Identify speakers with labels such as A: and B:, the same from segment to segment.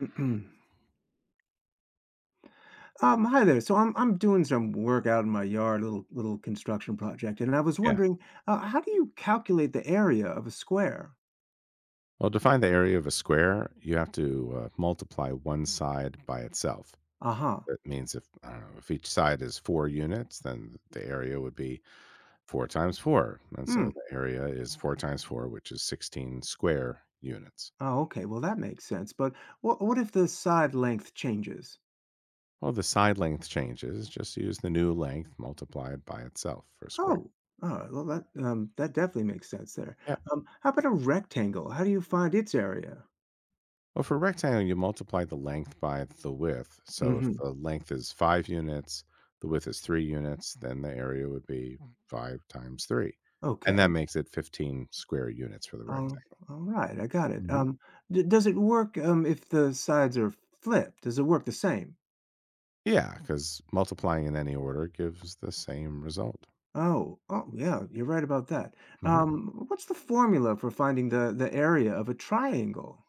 A: Hi there. So I'm doing some work out in my yard, little construction project, and I was
B: Yeah.
A: wondering, how do you calculate the area of a square?
B: Well, to find the area of a square, you have to, multiply one side by itself.
A: Uh-huh.
B: That means if, I don't know, if each side is 4 units, then the area would be 4 times 4, and
A: Hmm.
B: so the area is 4 times 4, which is 16 square units.
A: Oh, okay. Well, that makes sense. But what if the side length changes?
B: Well, the side length changes, just use the new length multiplied by itself for a square.
A: Oh. All right. Well, that definitely makes sense there.
B: Yeah.
A: How about a rectangle? How do you find its area?
B: Well, for a rectangle, you multiply the length by the width. So if
A: Mm-hmm.
B: the length is 5 units, the width is 3 units, then the area would be 5 times 3. And that
A: Okay.
B: makes it 15 square units for the
A: Um,
B: rectangle.
A: all right. I got it.
B: Mhm.
A: D does it work if the sides are flipped? Does it work the same?
B: Yeah, because multiplying in any order gives the same result.
A: Oh, oh yeah, you're right about that.
B: Mhm.
A: What's the formula for finding the area of a triangle?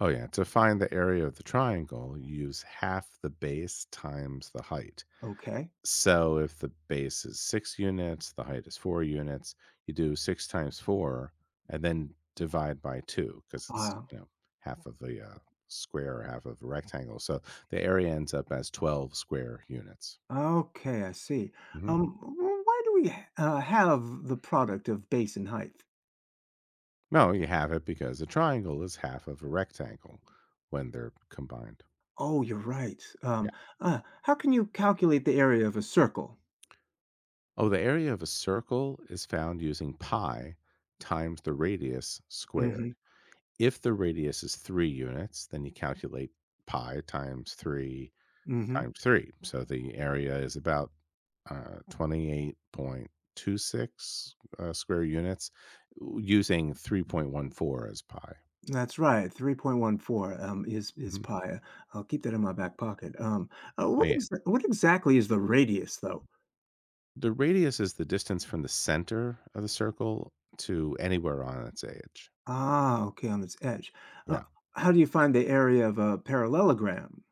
B: Oh, yeah. To find the area of the triangle, use half the base times the height.
A: Okay.
B: So if the base is 6 units, the height is 4 units, you do 6 times 4 and then divide by two because it's,
A: Uh,
B: you know, half of the square or half of a rectangle. So the area ends up as 12 square units.
A: okay, I see.
B: hmm
A: Why do we have the product of base and height?
B: No, you have it because a triangle is half of a rectangle when they're combined.
A: Oh, you're right.
B: Yeah.
A: How can you calculate the area of a circle?
B: Oh, the area of a circle is found using pi times the radius squared.
A: Mm-hmm.
B: If the radius is 3 units, then you calculate pi times 3
A: Mm-hmm.
B: times 3. So the area is about, 28.26, square units u using 3.14 as pi.
A: That's right. 3.14 is
B: Mhm.
A: pi. I'll keep that in my back pocket.
B: Oh, yeah.
A: What exactly is the radius, though?
B: The radius is the distance from the center of the circle to anywhere on its edge.
A: Ah, okay, on its edge. Uh,
B: Yeah.
A: how do you find the area of a parallelogram?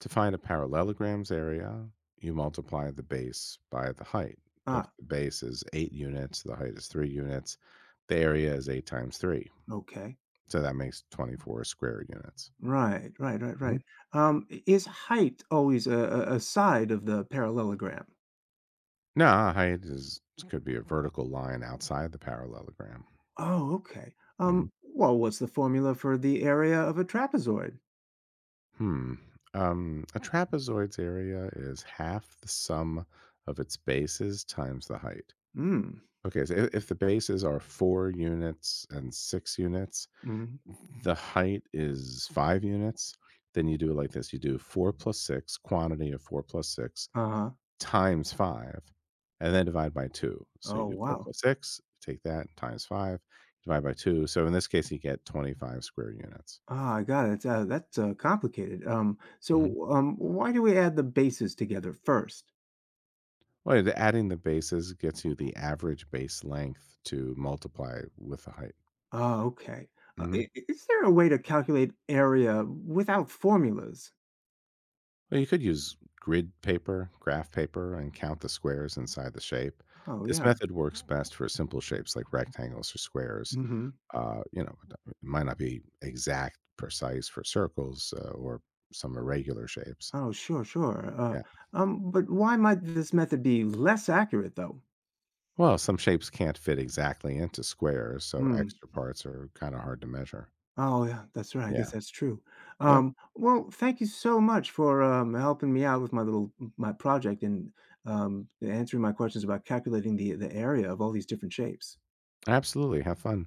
B: To find a parallelogram's area, you multiply the base by the height. If
A: Ah,
B: the base is 8 units, the height is 3 units, the area is 8 times 3.
A: okay.
B: So that makes 24 square units.
A: Right, right, right, right.
B: Mhm.
A: Is height always a side of the parallelogram?
B: Now, height is could be a vertical line outside the parallelogram.
A: Oh, okay.
B: Mhm.
A: Well, what's the formula for the area of a trapezoid?
B: Hmm. A trapezoid's area is half the sum of its bases times the height.
A: Hmm.
B: Okay, so if the bases are 4 units and 6 units.
A: Mm-hmm.
B: The height is 5 units. Then you do it like this, you do 4 plus 6, quantity of 4 plus 6
A: Uh-huh.
B: times 5, and then divide by 2. So
A: Oh,
B: you do 4
A: wow.
B: plus 6, take that times 5, divide by 2. So in this case, you get 25 square units.
A: Ah, I got it. That's complicated. Um,
B: Mhm.
A: so, um, why do we add the bases together first?
B: Well, the adding the bases gets you the average base length to multiply with the height.
A: Oh, okay.
B: Mhm.
A: I is there a way to calculate area without formulas?
B: Well, you could use grid paper, graph paper, and count the squares inside the shape.
A: Oh,
B: This
A: yeah.
B: method works best for simple shapes like rectangles or squares.
A: Mhm.
B: Uh, you know, it might not be exact, precise for circles or some irregular shapes.
A: Oh, sure, sure.
B: Yeah.
A: But why might this method be less accurate, though?
B: Well, some shapes can't fit exactly into squares, so
A: Hmm.
B: extra parts are kind of hard to measure.
A: Oh, yeah, that's right. I guess
B: Yeah.
A: that's true.
B: Yep.
A: Well, thank you so much for helping me out with my project and answering my questions about calculating the area of all these different shapes.
B: Absolutely. Have fun.